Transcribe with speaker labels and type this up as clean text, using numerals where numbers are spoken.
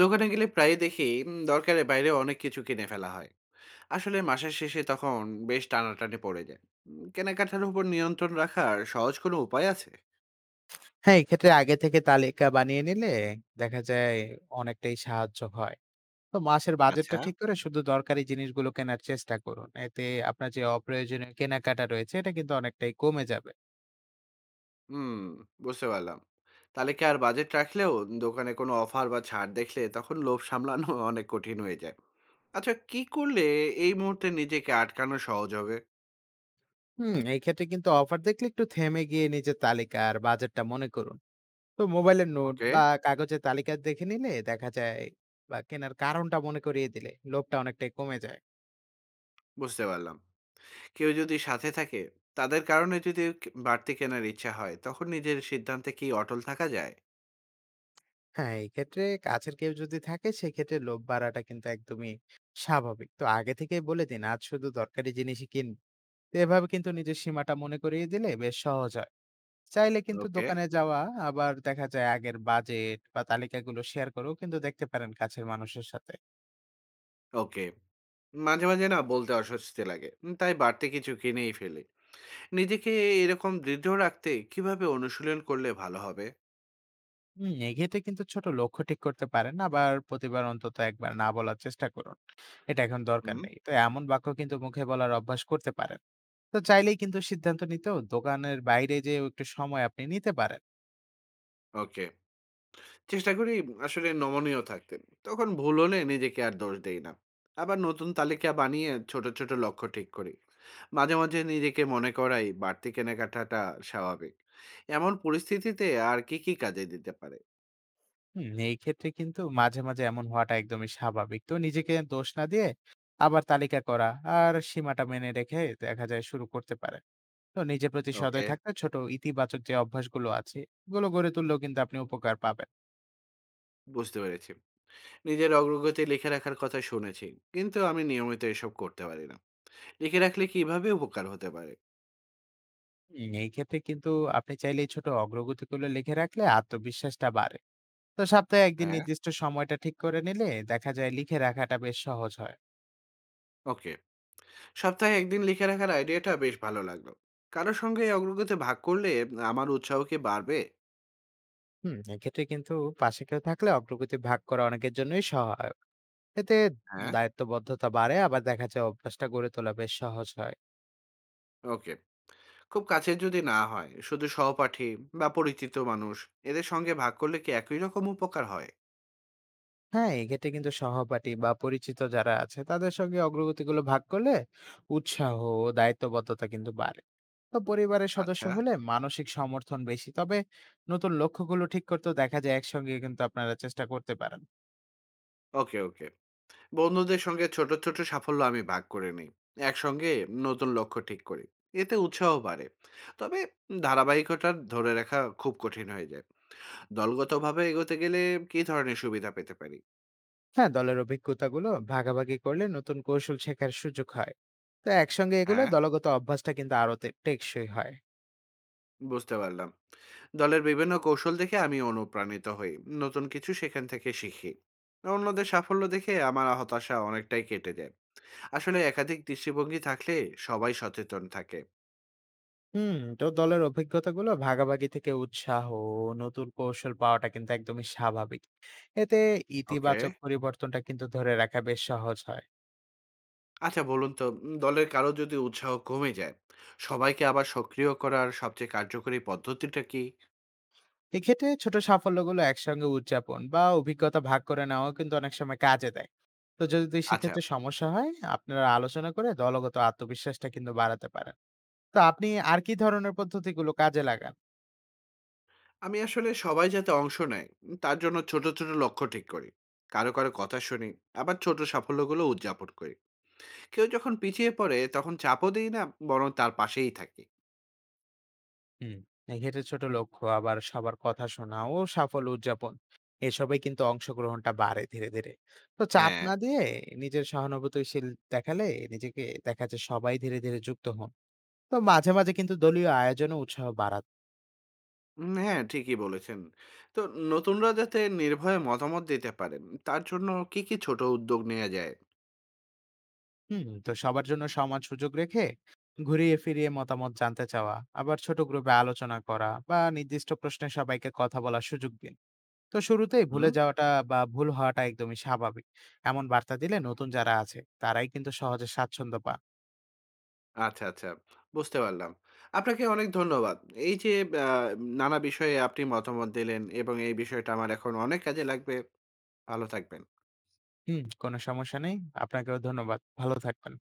Speaker 1: দোকানে গেলে প্রায়ই দেখি দরকারের বাইরে অনেক কিছু কিনে ফেলা হয়। আসলে মাসের শেষে তখন বেশ টানাটানি পড়ে যায়। কেনাকাটার উপর নিয়ন্ত্রণ রাখার সহজ কোনো উপায় আছে?
Speaker 2: হ্যাঁ, এক্ষেত্রে আগে থেকে তালিকা বানিয়ে নিলে দেখা যায় অনেকটাই সাহায্য হয়। তো মাসের বাজেটটা
Speaker 1: আচ্ছা।
Speaker 2: ঠিক করে শুধু দরকারি জিনিসগুলো কেনার চেষ্টা করুন। এতে আপনার যে অপ্রয়োজনীয় কেনাকাটা রয়েছে এটা কিন্তু অনেকটাই কমে যাবে।
Speaker 1: হুম, বুঝতে পারলাম। তাহলে কি আর বাজেট রাখলেও দোকানে কোনো অফার বা ছাড় দেখলে তখন লোভ সামলানো অনেক কঠিন হয়ে যায়? আচ্ছা কি করলে এই মুহূর্তে নিজেকে আটকানো সহজ হবে?
Speaker 2: হুম, এই ক্ষেত্রে কিন্তু অফার দেখলে একটু থেমে গিয়ে নিজের তালিকা আর বাজেটটা মনে করুন। তো মোবাইলের নোট
Speaker 1: ওকে,
Speaker 2: বা কাগজের তালিকা দেখে নিলে দেখা যায় বা কেনার কারণটা মনে করিয়ে দিলে লোভটা অনেকটাই কমে যায়।
Speaker 1: বুঝতে পারলাম। কেউ যদি সাথে থাকে, তাদের কারণে যদি বাড়তি কেনার ইচ্ছা হয়, তখন নিজের সিদ্ধান্তে কি অটল থাকা যায়?
Speaker 2: হ্যাঁ, এক্ষেত্রে কাছের কেউ যদি থাকে সেক্ষেত্রে লোভ বাড়াটা কিন্তু একদমই স্বাভাবিক। তো আগে থেকেই বলে দিন, আজ শুধু দরকারি জিনিসই কিনব। তো এভাবে কিন্তু নিজের সীমাটা মনে করিয়ে দিলে বেশ সহজ হয়। চাইলে কিন্তু
Speaker 1: ওকে,
Speaker 2: দোকানে যাওয়া আবার দেখা যায় আগের বাজেট বা তালিকাগুলো শেয়ার করেও কিন্তু দেখতে পারেন কাছের মানুষের সাথে।
Speaker 1: ওকে। মাঝে, মাঝে না বলতে অস্বস্তি লাগে। তাই বাড়তি কিছু কিনেই ফেলি। নিজেকে এরকম দৃঢ় রাখতে কিভাবে অনুশীলন করলে ভালো হবে?
Speaker 2: হুম, এক্ষেত্রে কিন্তু ছোট লক্ষ্য ঠিক করতে পারেন। আবার প্রতিবার অন্তত একবার না বলার চেষ্টা করুন। এটা এখন দরকার
Speaker 1: হুম,
Speaker 2: নেই। তো এমন বাক্য কিন্তু মুখে বলার অভ্যাস করতে পারেন। তো চাইলেই কিন্তু সিদ্ধান্ত নিতেও দোকানের বাইরে যে একটু সময় আপনি নিতে পারেন।
Speaker 1: ওকে। চেষ্টা করি আসলে নমনীয় থাকতে। তখন ভুল হলে নিজেকে আর দোষ দেই না। আবার নতুন তালিকা বানিয়ে ছোট, ছোট লক্ষ্য ঠিক করি। মাঝে, মাঝে নিজেকে মনে করাই বাড়তি কেনাকাটাটা স্বাভাবিক। এমন পরিস্থিতিতে আর কি, কি কাজে দিতে পারে?
Speaker 2: হুম, এই ক্ষেত্রে কিন্তু মাঝে মাঝে এমন হওয়াটা একদমই স্বাভাবিক, তো নিজেকে দোষ না দিয়ে আবার তালিকা করা আর সীমাটা মেনে রেখে দেখা যায় শুরু করতে পারেন। তো নিজের প্রতি
Speaker 1: ওকে,
Speaker 2: সদয় থাকতে ছোট ইতিবাচক যে অভ্যাসগুলো আছে এগুলো গড়ে তুললেও কিন্তু আপনি উপকার পাবেন।
Speaker 1: বুঝতে পেরেছি। নিজের অগ্রগতি লিখে রাখার কথা শুনেছি, কিন্তু আমি নিয়মিত এসব করতে পারি না। লিখে রাখলে কিভাবে উপকার হতে পারে?
Speaker 2: হুম, এই ক্ষেত্রে কিন্তু আপনি চাইলে এই ছোট অগ্রগতিগুলো লিখে রাখলে আত্মবিশ্বাসটা বাড়ে। তো সপ্তাহে একদিন
Speaker 1: হ্যাঁ,
Speaker 2: নির্দিষ্ট সময়টা ঠিক করে নিলে দেখা যায় লিখে রাখাটা বেশ সহজ হয়।
Speaker 1: ওকে। সপ্তাহে একদিন লিখে রাখার আইডিয়াটা বেশ ভালো লাগলো। কারোর সঙ্গে এই অগ্রগতি ভাগ করলে আমার উৎসাহ কি বাড়বে?
Speaker 2: হুম, এক্ষেত্রে কিন্তু পাশে কেউ থাকলে অগ্রগতি ভাগ করা অনেকের জন্যই সহায়ক। এতে
Speaker 1: হ্যাঁ,
Speaker 2: দায়িত্ববদ্ধতা বাড়ে, আবার দেখা যায় অভ্যাসটা গড়ে তোলা বেশ সহজ হয়।
Speaker 1: ওকে। খুব কাছের যদি না হয়, শুধু সহপাঠী বা পরিচিত মানুষ, এদের সঙ্গে ভাগ করলে কি একই রকম উপকার হয়?
Speaker 2: হ্যাঁ, এক্ষেত্রে কিন্তু সহপাঠী বা পরিচিত যারা আছে তাদের সঙ্গে অগ্রগতিগুলো ভাগ করলে উৎসাহ ও দায়িত্ববদ্ধতা কিন্তু বাড়ে। তো পরিবারের সদস্য
Speaker 1: আচ্ছা।
Speaker 2: হলে মানসিক সমর্থন বেশি, তবে নতুন লক্ষ্যগুলো ঠিক করতেও দেখা যায় একসঙ্গে কিন্তু আপনারা চেষ্টা করতে পারেন।
Speaker 1: ওকে, ওকে। বন্ধুদের সঙ্গে ছোট ছোট সাফল্য আমি ভাগ করে নিই। একসঙ্গে নতুন লক্ষ্য ঠিক করি। এতে উৎসাহ বাড়ে, তবে ধারাবাহিকতা ধরে রাখা খুব কঠিন হয়ে যায়। দলগতভাবে এগোতে গেলে কী ধরনের সুবিধা পেতে পারি?
Speaker 2: হ্যাঁ, দলের অভিজ্ঞতাগুলো ভাগাভাগি করলে নতুন কৌশল শেখার সুযোগ হয়। তো একসঙ্গে এগুলো
Speaker 1: হ্যাঁ,
Speaker 2: দলগত অভ্যাসটা কিন্তু আরো টেকসই হয়।
Speaker 1: বুঝতে পারলাম। দলের বিভিন্ন কৌশল দেখে আমি অনুপ্রাণিত হই। নতুন কিছু সেখান থেকে শিখি। অন্যদের সাফল্য দেখে আমার হতাশা অনেকটাই কেটে যায়। আসলে একাধিক দৃষ্টিভঙ্গি থাকলে সবাই সচেতন থাকে।
Speaker 2: হুম, তো দলের অভিজ্ঞতাগুলো ভাগাভাগি থেকে উৎসাহ ও নতুন কৌশল পাওয়াটা কিন্তু একদমই স্বাভাবিক। এতে
Speaker 1: ওকে।
Speaker 2: ইতিবাচক পরিবর্তনটা কিন্তু ধরে রাখা বেশ সহজ হয়।
Speaker 1: আচ্ছা বলুন তো, দলের কারো যদি উৎসাহ কমে যায়, সবাইকে আবার সক্রিয় করার সবচেয়ে কার্যকরী পদ্ধতিটা কি?
Speaker 2: এক্ষেত্রে ছোট সাফল্যগুলো একসঙ্গে উদযাপন বা অভিজ্ঞতা ভাগ করে নেওয়াও কিন্তু অনেক সময় কাজে দেয়। তো যদি
Speaker 1: আচ্ছা।
Speaker 2: সেক্ষেত্রে সমস্যা হয়, আপনারা আলোচনা করে দলগত আত্মবিশ্বাসটা কিন্তু বাড়াতে পারেন। তো আপনি আর কি ধরনের পদ্ধতিগুলো কাজে লাগান?
Speaker 1: আমি আসলে সবাই যাতে অংশ নেয় তার জন্য ছোট ছোট লক্ষ্য ঠিক করি। কারো কারো কথা শুনি। আবার ছোট সাফল্যগুলো উদযাপন করি। কেউ যখন পিছিয়ে পড়ে তখন চাপও দিই না, বরং তার পাশেই থাকি।
Speaker 2: হুম, এক্ষেত্রে ছোট লক্ষ্য, আবার সবার কথা শোনা ও সাফল্য উদযাপন। এসবে কিন্তু অংশগ্রহণটা বাড়ে ধীরে, ধীরে। তো চাপ
Speaker 1: হ্যাঁ।
Speaker 2: না দিয়ে নিজের সহানুভূতিশীল দেখালে নিজেকে দেখা যায় সবাই ধীরে, ধীরে যুক্ত হন। তো মাঝে, মাঝে কিন্তু দলীয় আয়োজনে উৎসাহ বাড়ান।
Speaker 1: হ্যাঁ ঠিকই বলেছেন। তো নতুনরা যাতে নির্ভয়ে মতামত দিতে পারেন, তার জন্য কি কি ছোট উদ্যোগ নেওয়া যায়?
Speaker 2: হুম, তো সবার জন্য সমান সুযোগ রেখে ঘুরিয়ে ফিরিয়ে মতামত জানতে চাওয়া, আবার ছোট গ্রুপে আলোচনা করা বা নির্দিষ্ট প্রশ্নে সবাইকে কথা বলার সুযোগ দেয়া। তো শুরুতেই
Speaker 1: হুম।
Speaker 2: ভুলে যাওয়াটা বা ভুল হওয়াটা একদমই স্বাভাবিক, এমন বার্তা দিলে নতুন যারা আছে তারাই কিন্তু সহজে স্বাচ্ছন্দ্য পান।
Speaker 1: আচ্ছা, আচ্ছা। বুঝতে পারলাম। আপনাকে অনেক ধন্যবাদ। এই যে আ নানা বিষয়ে আপনি মতামত দিলেন এবং এই বিষয়টা আমার এখন অনেক কাজে লাগবে। ভালো থাকবেন।
Speaker 2: হুম, কোনো সমস্যা নেই। আপনাকেও ধন্যবাদ, ভালো থাকবেন।